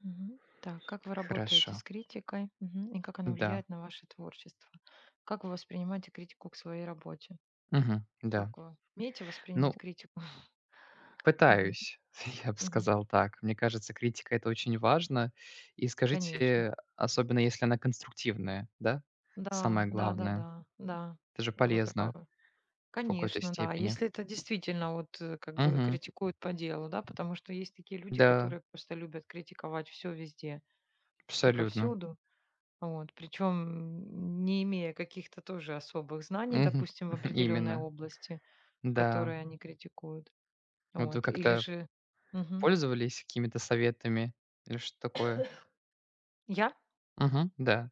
Мгм. Так, как вы работаете с Хорошо. критикой? Мгм. И как она Да. влияет на ваше творчество? Как вы воспринимаете критику к своей работе? Мгм. Да. Как вы умеете воспринимать Ну, критику? Мгм. пытаюсь, я бы Мгм. сказал так. Мне кажется, критика- это очень важно. И Конечно. скажите, особенно если она конструктивная, да? Да, Самое да, да, главное. да, да. Это же Вы полезно правы. в какой-то Конечно, да. степени. Если это действительно вот как бы Мгм. критикуют по делу, да, потому что есть такие люди, Да, которые просто любят критиковать все везде и абсолютно. повсюду. Вот, причем не имея каких-то тоже особых знаний, Мгм. допустим, в определенной Именно. области, в Да. которой они критикуют. Вот вы Вот, или как-то же Мгм. пользовались какими-то советами или что такое? Я? Мгм. Да,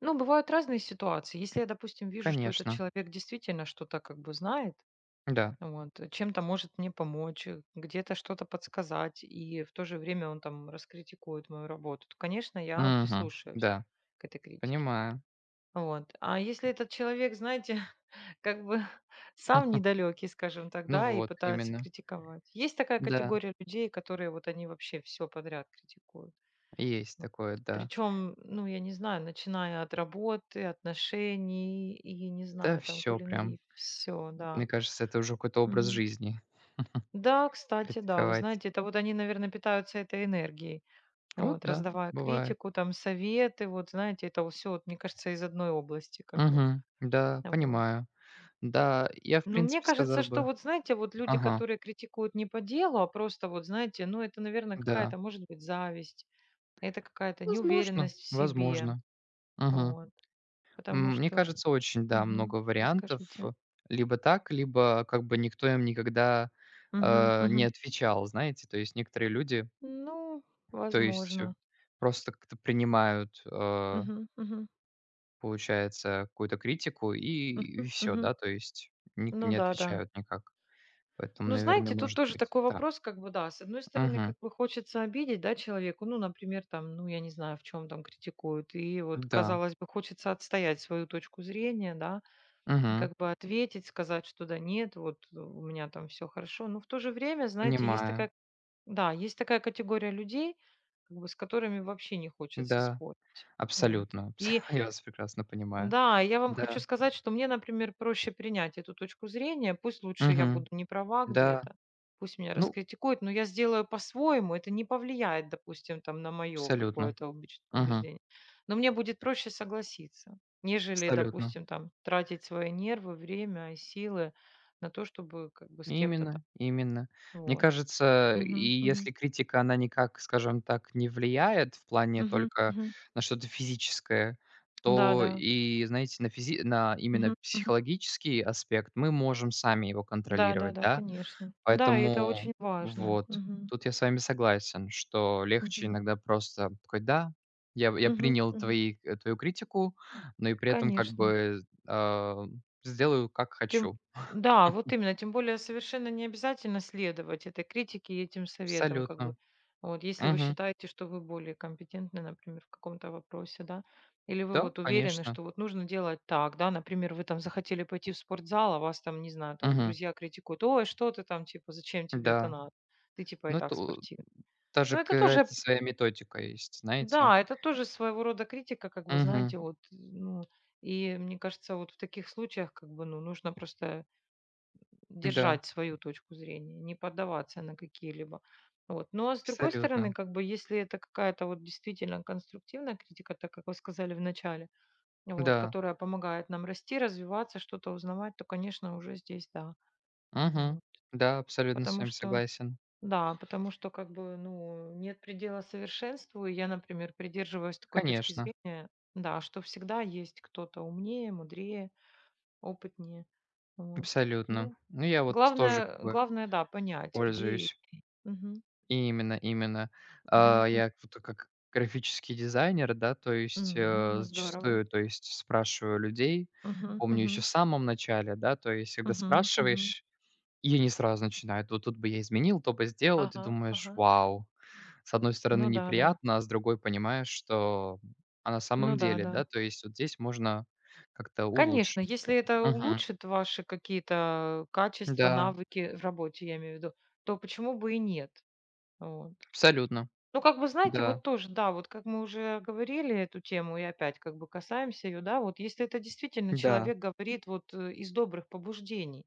Ну, бывают разные ситуации. Если я, допустим, вижу, что этот конечно. человек действительно что-то как бы знает, Да. вот, чем-то может мне помочь, где-то что-то подсказать, и в то же время он там раскритикует мою работу, то, конечно, я Мгм. прислушаюсь Да, к этой критике. понимаю. Вот. А если этот человек, знаете, как бы сам недалекий, скажем так, Ну да, и вот, пытаются именно. критиковать. Есть такая Да, категория людей, которые вот они вообще все подряд критикуют. есть Вот. такое, да. Причем, ну, я не знаю, начиная от работы, отношений и, не Да, знаю, там, все прям. кулинарии, все, Мне да. кажется, это уже какой-то образ Мгм. жизни Да, кстати, да, вы критиковать. знаете, это вот они, наверное, питаются этой энергией, Вот вот, да, раздавая бывает. критику, там, советы, вот, знаете, это все, мне кажется, из одной области, как бы, Угу, да, вот. понимаю. Да, я, в Но мне принципе, кажется, сказал что бы. вот, знаете, вот люди, Ага, которые критикуют не по делу, а просто вот, знаете, ну, это, наверное, какая-то, да. может быть, зависть, это какая-то Возможно, неуверенность в себе, возможно. Мгм. вот, М, потому мне что... кажется, очень, да, Мгм. много вариантов. Расскажите. Либо так, либо как бы никто им никогда, Мгм, не мгм. отвечал, знаете. То есть некоторые люди, Ну, то есть, возможно. просто как-то принимают, э Мгм, мгм, Получается, какую-то критику и мгм, всё, мгм. да, то есть не Ну не да, да. отвечают никак. Поэтому, Ну, наверное, знаете, тут может тоже быть такой так. вопрос, как бы, да, с одной стороны, Мгм. как бы хочется обидеть, да, человеку, ну, например, там, ну, я не знаю, в чем там критикуют, и вот, Да. казалось бы, хочется отстоять свою точку зрения, да, Мгм. как бы ответить, сказать, что да нет, вот у меня там все хорошо. Но в то же время, знаете, есть Понимаю. такая да, есть такая категория людей, как бы с которыми вообще не хочется Да, спорить. Вот. абсолютно. И Я вас прекрасно понимаю. да, я вам хочу Да. сказать, что мне, например, проще принять эту точку зрения. Пусть лучше я буду Мгм. не права Да. где-то, пусть меня Ну, раскритикуют, но я сделаю по-своему, это не повлияет, допустим, там, на мое абсолютно. какое-то Мгм. убеждение. Но мне будет проще согласиться, нежели, Абсолютно. допустим, там, тратить свои нервы, время и силы на то, чтобы как бы с кем-то там. Именно, именно. Мне Вот. кажется, и Мгм, мгм, если критика, она никак, скажем так, не влияет в плане мгм, только мгм. на что-то физическое, Да, то да. и, знаете, на Мгм, именно мгм. психологический аспект мы можем сами его Да, да, контролировать, да, да. конечно. Да, и это Поэтому очень важно. вот, Мгм, тут я с вами согласен, что легче мгм. иногда просто такой: "Да, я Мгм, принял мгм. Твою критику, но и при этом как Конечно. бы, а, сделаю, как Тем хочу". да, вот именно, тем более совершенно не обязательно следовать этой критике и этим советам, как бы. Абсолютно. Вот, если вы Мгм. считаете, что вы более компетентны, например, в каком-то вопросе, да, или вы Да, вот уверены, конечно. что вот нужно делать так, да, например, вы там захотели пойти в спортзал, а вас там, не знаю, там Мгм. друзья критикуют, ой, что ты там, типа, зачем тебе это Да. надо, ты типа и Ну, так это у спортивный. даже Но это тоже какая-то своя методика есть, знаете. да, это тоже своего рода критика, как бы, Угу, знаете, вот, ну, и мне кажется, вот в таких случаях, как бы, ну, нужно просто да, держать свою точку зрения, не поддаваться на какие-либо. Вот. Ну, а с другой стороны, абсолютно. как бы, если это какая-то вот действительно конструктивная критика, так как вы сказали в начале, вот, Да. которая помогает нам расти, развиваться, что-то узнавать, то, конечно, уже здесь, да. Угу, Вот. да, абсолютно с Потому вами что согласен. да, потому что как бы, ну, нет предела совершенству. И я, например, придерживаюсь такой точки Конечно, зрения, да, что всегда есть кто-то умнее, мудрее, опытнее. Вот. абсолютно. Ну, Ну, я вот тоже как главное, бы главное, да, понять, где. Пользуюсь. Мгм, Именно, именно. мгм, А, м, я вот как графический дизайнер, да, то есть, мгм, ну, здорово. зачастую, то есть спрашиваю людей. Мгм, Помню, еще мгм, в самом начале, да, то есть когда мгм, мгм. спрашиваешь. И они сразу начинают: "Вот тут бы я изменил, то бы сделал". И ты Ага, думаешь: ага. "Вау". С одной стороны, Ну да, да. неприятно, а с другой понимаешь, что, а на Ну самом да, деле, да. да, то есть вот здесь можно как-то Конечно, улучшить. если это Мгм. улучшит ваши какие-то качества, Да, навыки в работе, я имею в виду, то почему бы и нет? Вот. абсолютно. Ну, как бы, знаете, Да, вот тоже, да, вот как мы уже говорили эту тему и опять как бы касаемся ее, да, вот если это действительно да, человек говорит вот из добрых побуждений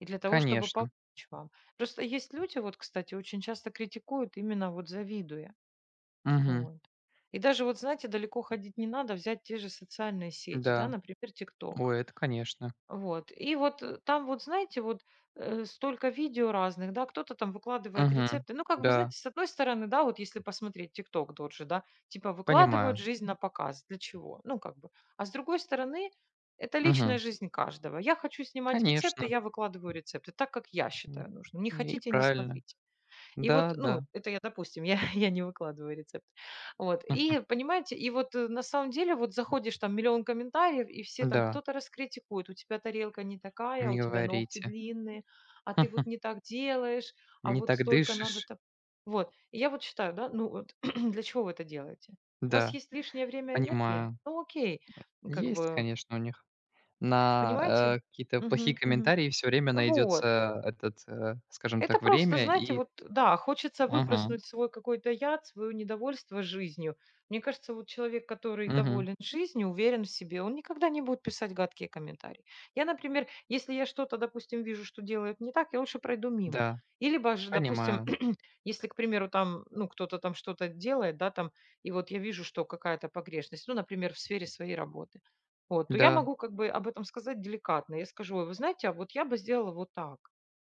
и для того, чтобы помочь конечно. вам. Просто есть люди, вот, кстати, очень часто критикуют именно вот завидуя. Мгм. Вот. И даже вот, знаете, далеко ходить не надо, взять те же социальные сети, да, Да. например, TikTok. Ой, это конечно. Вот. И вот, там вот, знаете, вот, столько видео разных, да, кто-то там выкладывает Мгм. рецепты. Ну, как бы, знаете, Да, с одной стороны, да, вот если посмотреть "ТикТок" тот же, да, типа выкладывают понимаю. жизнь на показ. Для чего? Ну, как бы. А с другой стороны, это личная Мгм. жизнь каждого. Я хочу снимать рецепты, Конечно. я выкладываю рецепты так, как я М. считаю нужным. Не И хотите- не правильно. смотрите. И вот, Да, ну, да. это я, допустим, я, я не выкладываю рецепт. Вот. Мгм. И, понимаете, и вот на самом деле вот заходишь, там миллион комментариев, и все там Да, кто-то раскритикует, у тебя тарелка не такая, а не у тебя ногти говорите. длинные, а ты вот не так делаешь, а Не вот так столько дышишь. надо так. Вот. И я вот считаю, да, ну вот для чего вы это делаете? У вас Да. есть лишнее время и энергия? Понимаю. Ну окей, ну, как Есть, бы, конечно, у них. понимаете? На, какие-то плохие Мгм, мгм. комментарии все время Вот. найдется этот, скажем Это так, просто, время знаете, и. вот, да, хочется Мгм. выплеснуть свой какой-то яд, свое недовольство жизнью. Мне кажется, вот человек, который Мгм. доволен жизнью, уверен в себе, он никогда не будет писать гадкие комментарии. Я, например, если я что-то, допустим, вижу, что делают не так, я лучше пройду мимо. Да, Или, либо же, допустим, понимаю. если, к примеру, там, ну, кто-то там что-то делает, да, там, и вот я вижу, что какая-то погрешность, ну, например, в сфере своей работы, вот, то я Да. могу как бы об этом сказать деликатно. Я скажу, «Ой, вы знаете, а вот я бы сделала вот так.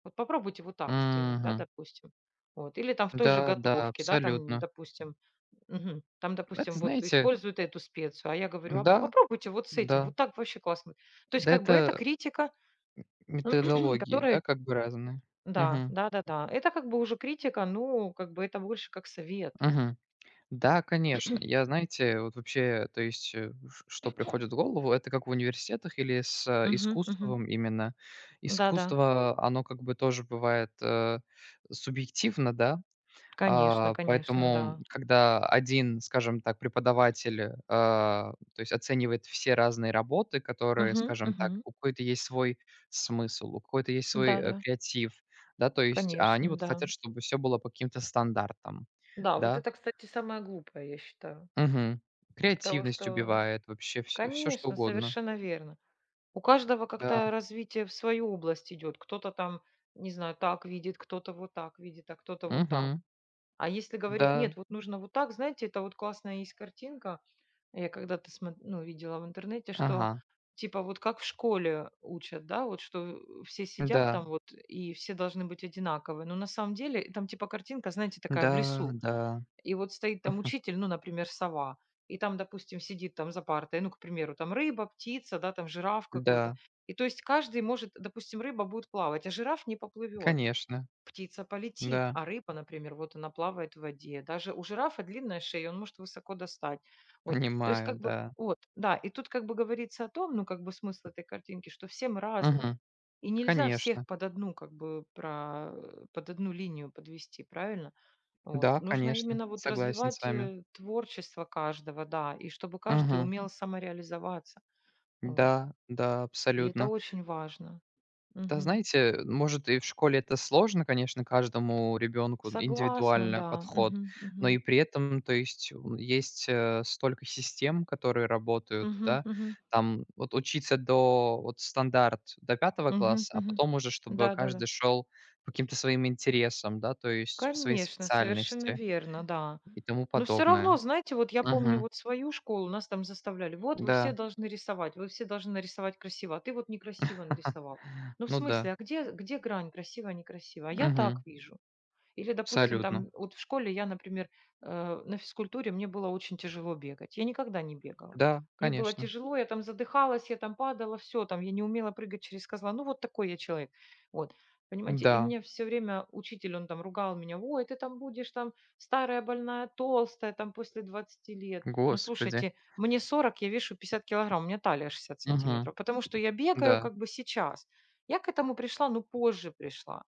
Вот попробуйте вот так сделать, да, Мгм. допустим. Вот. Или там в той же Да, да, готовке, да, там, абсолютно. допустим, мгм, там, допустим, Это, вот знаете. используют эту специю, а я говорю, а Да, попробуйте вот с этим, да. вот так вообще классно. То есть Да, как бы это это критика, методологии, которая да, как бы разные. да, Мгм. да-да-да. Это как бы уже критика, ну, как бы это больше как совет. Мгм. Да, конечно. Я, знаете, вот вообще, то есть, э, ш что приходит в голову, это как в университетах или с, Мгм, мгм. искусством именно. Да-да, Искусство, оно как бы тоже бывает, субъективно, да. конечно, А, конечно, поэтому, да. когда один, скажем так, преподаватель, то есть оценивает все разные работы, которые, Мгм, скажем так, мгм. у какой-то есть свой смысл, у какой-то есть свой, Да-да, креатив, да, то есть, а конечно, они вот да. хотят, чтобы все было по каким-то стандартам, Да, вот да. это, кстати, самое глупое, я считаю. Мгм. Потому Креативность что, убивает, вообще все, всё что конечно, угодно. совершенно верно. У каждого Да. как-то развитие в свою область идет. Кто-то там, не знаю, так видит, кто-то вот так видит, а кто-то вот так. Мгм. А если говорить, Да. нет, вот нужно вот так, знаете, это вот классная есть картинка, я когда-то смо ну, видела в интернете, что Ага. типа вот как в школе учат, да, вот что все сидят Да. там вот и все должны быть одинаковые. Но на самом деле там типа картинка, знаете, такая Да, в лесу. да, И вот стоит там учитель, ну, например, сова. И там, допустим, сидит там за партой, ну, к примеру, там рыба, птица, да, там жираф какой-то. да. И то есть каждый может, допустим, рыба будет плавать, а жираф не поплывет Конечно. птица полетит, Да. а рыба, например, вот она плавает в воде. Даже у жирафа длинная шея, он может высоко достать. Вот, то есть Понимаю, как бы, да. вот, да, и тут как бы говорится о том, ну как бы смысл этой картинки, что все мы разные. Мгм. И нельзя всех Конечно. под одну, как бы, под одну линию подвести, правильно? Вот. Да, Нужно конечно. именно вот Согласен с развивать вами. Творчество каждого, да, и чтобы каждый Мгм. умел самореализоваться. Вот. Да, да, И это абсолютно. очень важно. Да, Мгм. знаете, может, и в школе это сложно, конечно, каждому ребенку Согласна, индивидуально да. подход, Мгм, но мгм. и при этом, то есть, есть, столько систем, которые работают, Мгм, да. мгм. Там вот учиться до вот стандарт до пятого Мгм, класса, а мгм. потом уже чтобы Да-да-да. каждый шел по каким-то своим интересам, да, то есть по своей Конечно, совершенно специальности верно, да. и тому Но все равно, подобное. знаете, вот я помню Мгм. вот свою школу, нас там заставляли: "Вот вы все Да. должны рисовать, вы все должны нарисовать красиво, а ты вот некрасиво нарисовал". Ну, в Ну да. смысле, а где грань красиво-некрасиво? А я так Мгм. вижу. Или, допустим, Абсолютно. там вот в школе я, например, на физкультуре мне было очень тяжело бегать. Я никогда не бегала. Да, Мне было конечно. тяжело, я там задыхалась, я там падала, все, там я не умела прыгать через козла. Ну, вот такой я человек. Вот. Понимаете, и Да. мне все время учитель, он там ругал меня, ой, ты там будешь там старая, больная, толстая, там после 20 лет. Ну, Господи. слушайте, мне 40, я вешу 50 килограмм, у меня талия шестьдесят Мгм. сантиметров, потому что я бегаю Да. как бы сейчас. Я к этому пришла, но позже пришла,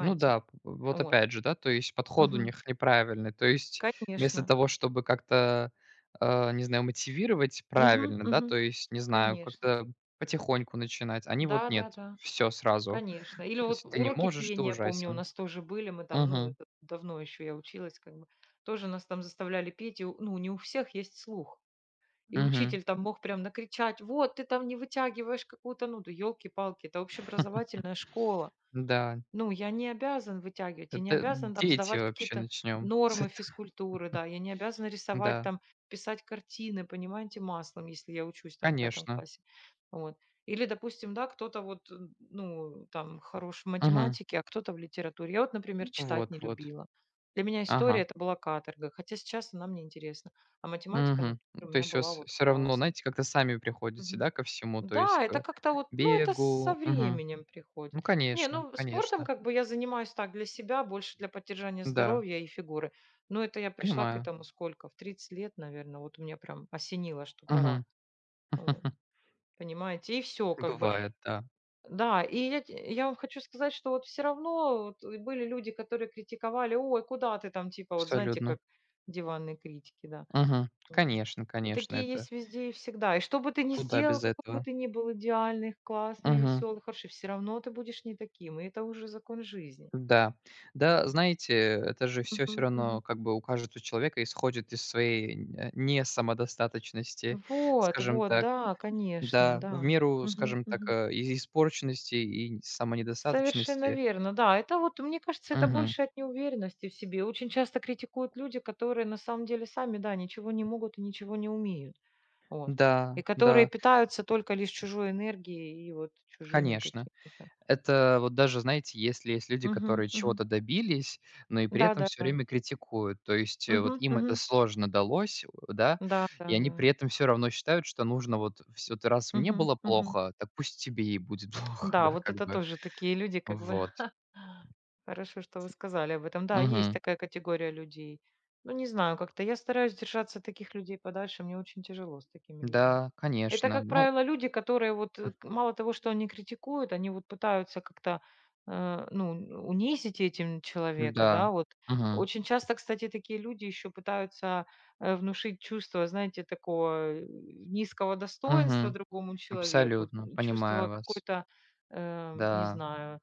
Ну да, п вот Вот. опять же, да, то есть подход у Мгм. них неправильный. То есть вместо Конечно. того, чтобы как-то, не знаю, мотивировать Мгм, правильно, да, мгм. то есть, не знаю, Конечно. как-то потихоньку начинать, они вот нет, Да-да-да, все сразу. конечно. Или То вот есть ты не уроки можешь, ты пения, помню, у ужасен. нас тоже были. Мы там, ну, Угу. это давно еще я училась, как бы. Тоже нас там заставляли петь. И, ну, не у всех есть слух. И Угу. учитель там мог прям накричать, вот, ты там не вытягиваешь какую-то, ну, елки-палки, это общеобразовательная школа. Да, Ну, я не обязан вытягивать, я не это обязан там дети сдавать вообще, какие-то начнем с нормы этого. физкультуры, да, я не обязана рисовать Да, там, писать картины, понимаете, маслом, если я учусь там в 5-м конечно. классе. Вот. Или, допустим, да, кто-то вот, ну, там, хорош в Угу. математике, а кто-то в литературе. Я вот, например, читать Вот, не вот. любила. Для меня история Ага. это была каторга, хотя сейчас она мне интересна. А математика, Мгм. например, у То меня есть у была вас вот всё равно, классная. знаете, как-то сами приходите, да, ко всему, то есть Да, это к как-то вот, ну, это со бегу. Мгм. временем приходит. Ну, Не, конечно, ну, спортом конечно. как бы я занимаюсь так для себя, больше для поддержания Да, здоровья и фигуры. Но это я пришла к понимаю. этому сколько? В 30 лет, наверное. Вот у меня прям осенило, что пора. Мгм. Вот, понимаете? И все как бы. Бывает, да, Да, и я вам хочу сказать, что вот все равно вот и были люди, которые критиковали, ой, куда ты там, типа, вот знаете, абсолютно. как диванные критики, да. Мгм. Вот. Конечно, И конечно, такие это есть везде и всегда. И что бы ты ни куда сделал, без какой бы этого. ты ни был идеальный, классный, Мгм. веселый, хороший, все равно ты будешь не таким. И это уже закон жизни. Да. Да, Вот. знаете, это же все все Мгм, равно мгм. как бы у каждого человека исходит из своей несамодостаточности, Вот, скажем вот, так. да, конечно, Да, в да. меру, Мгм, скажем так, мгм. И испорченности, и Совершенно самонедостаточности. верно, да. Это вот, мне кажется, это Мгм. больше от неуверенности в себе. Очень часто критикуют люди, которые на самом деле сами, да, ничего не могут и ничего не умеют. Вот. Да, И которые да, питаются только лишь чужой энергией и вот чужими конечно. какими-то. Это вот даже, знаете, если есть люди, Мгм, которые мгм. чего-то добились, но и при этом все Да-да-да. время критикуют. То есть, вот Мгм, им это мгм. сложно далось, да, и они Да-да-да. при этом все равно считают, что нужно вот все вот раз мне Мгм, было мгм. плохо, так пусть тебе и будет плохо, Да, да, вот как это бы. тоже такие люди, как бы. Вот. Хорошо, что вы сказали об этом. Да, есть Мгм. такая категория людей. Ну, не знаю, как-то я стараюсь держаться от таких людей подальше, мне очень тяжело с такими людьми. Да, Это, конечно. как Ну, правило, люди, которые вот м, мало того, что они критикуют, они вот пытаются как-то, ну, унизить этим человека, да, да. вот. Мгм. Очень часто, кстати, такие люди еще пытаются внушить чувство, знаете, такого низкого достоинства Мгм. другому человеку, Абсолютно, чувство понимаю вас. какой-то, не Да. знаю,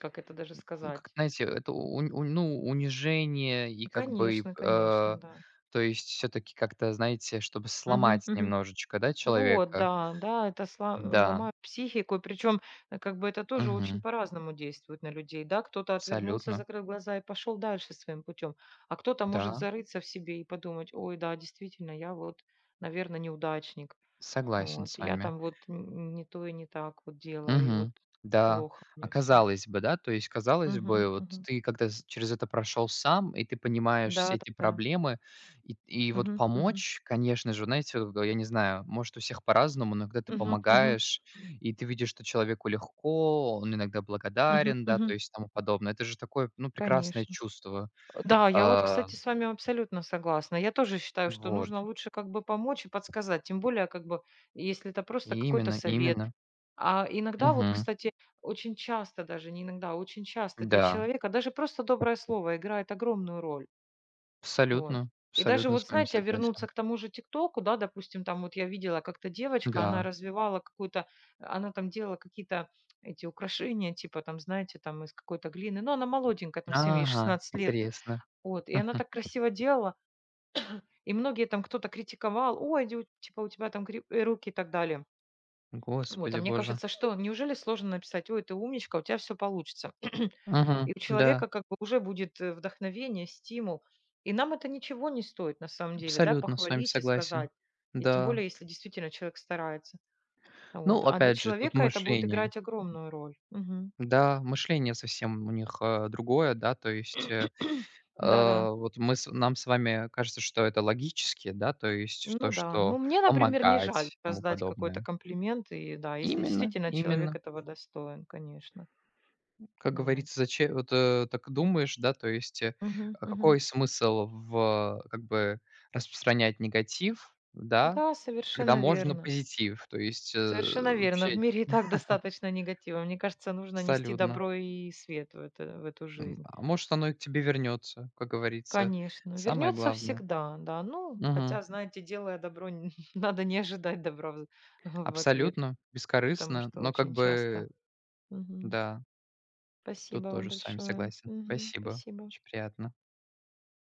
как это даже Ну, как сказать? знаете, это унь унь ну, унижение и как бы, Конечно, конечно, да. то есть все таки как-то, знаете, чтобы Мгм, сломать мгм. немножечко, да, Вот, человека. да, да, это сла Да. ломает психику, причем, как бы это тоже очень Мгм. по-разному действует на людей, да. Кто-то отвернулся, Абсолютно. закрыл глаза и пошел дальше своим путем, а кто-то может Да, зарыться в себе и подумать: "Ой, да, действительно, я вот, наверное, неудачник, согласен вот, с я вами. там вот н не то и не так вот делаю, и вот Мгм. Да. плохо А мне все". казалось бы, да, то есть, казалось бы, Мгм, вот мгм. ты когда з через это прошел сам, и ты понимаешь все эти Да-да-да. проблемы, и вот Мгм, мгм. помочь, конечно же, знаете, вот, я не знаю, может, у всех по-разному, но когда ты Мгм, мгм, помогаешь, и ты видишь, что человеку легко, он иногда мгм, благодарен, да, то мгм. есть тому подобное. Это же такое, ну, прекрасное Конечно. чувство. Да, я вот, А, кстати, с вами абсолютно согласна. Я тоже считаю, что вот. нужно лучше как бы помочь и подсказать, тем более как бы, если это просто какой-то Именно, совет. именно. А иногда вот, Мгм. кстати, очень часто даже, не иногда, а очень часто для Да, человека даже просто доброе слово играет огромную роль. Вот. абсолютно, И даже абсолютно с вот, вами знаете, вернуться согласен. к тому же ТикТоку, да, допустим, там вот я видела как-то девочка, она Да. развивала какую-то, она там делала какие-то эти украшения, типа там, знаете, там из какой-то глины, но она молоденькая, там 7, ей Ага, 16 лет, интересно. вот, и она Мгм. так красиво делала. И многие там кто-то критиковал: "Ой, дю типа у тебя там руки" и так далее. Вот, а Господи мне боже. кажется, что неужели сложно написать: "Ой, ты умничка, у тебя все получится". И Мгм. у Да, человека как бы уже будет, вдохновение, стимул. И нам это ничего не стоит на самом деле, да, абсолютно с вами похвалить и сказать. согласен. И тем Да. более, если действительно человек старается. Ну, Вот. А для опять же, тут человека это будет мышление. играть огромную роль. Мгм. Да, мышление совсем у них, другое, да, то есть, Да-да. Вот мы с нам с вами кажется, что это логически, да, то есть то, Ну да. Ну, что мне, например, не жаль помогать и тому раздать какой-то подобное. комплимент. И да, если Именно, действительно человек именно. этого достоин, конечно. Как Ну. Вот. говорится, зачем вот, так думаешь, да, то есть, Мгм, а мгм. какой смысл в, как бы распространять негатив, да, Да, когда совершенно можно верно. позитив? То есть, Совершенно верно. В вообще мире и так достаточно негатива. Мне кажется, нужно нести абсолютно. добро и свет в, это, в эту М, жизнь. а может, оно и к тебе вернется, как говорится. Конечно. Самое Вернется главное. всегда, да. Ну, хотя, Мгм. знаете, делая добро, надо не ожидать добра в ответ, Абсолютно, потому бескорыстно, что но как очень часто. бы, Мгм. да, Спасибо тут вам тоже с вами большое. согласен. Мгм. Спасибо, Спасибо. очень приятно.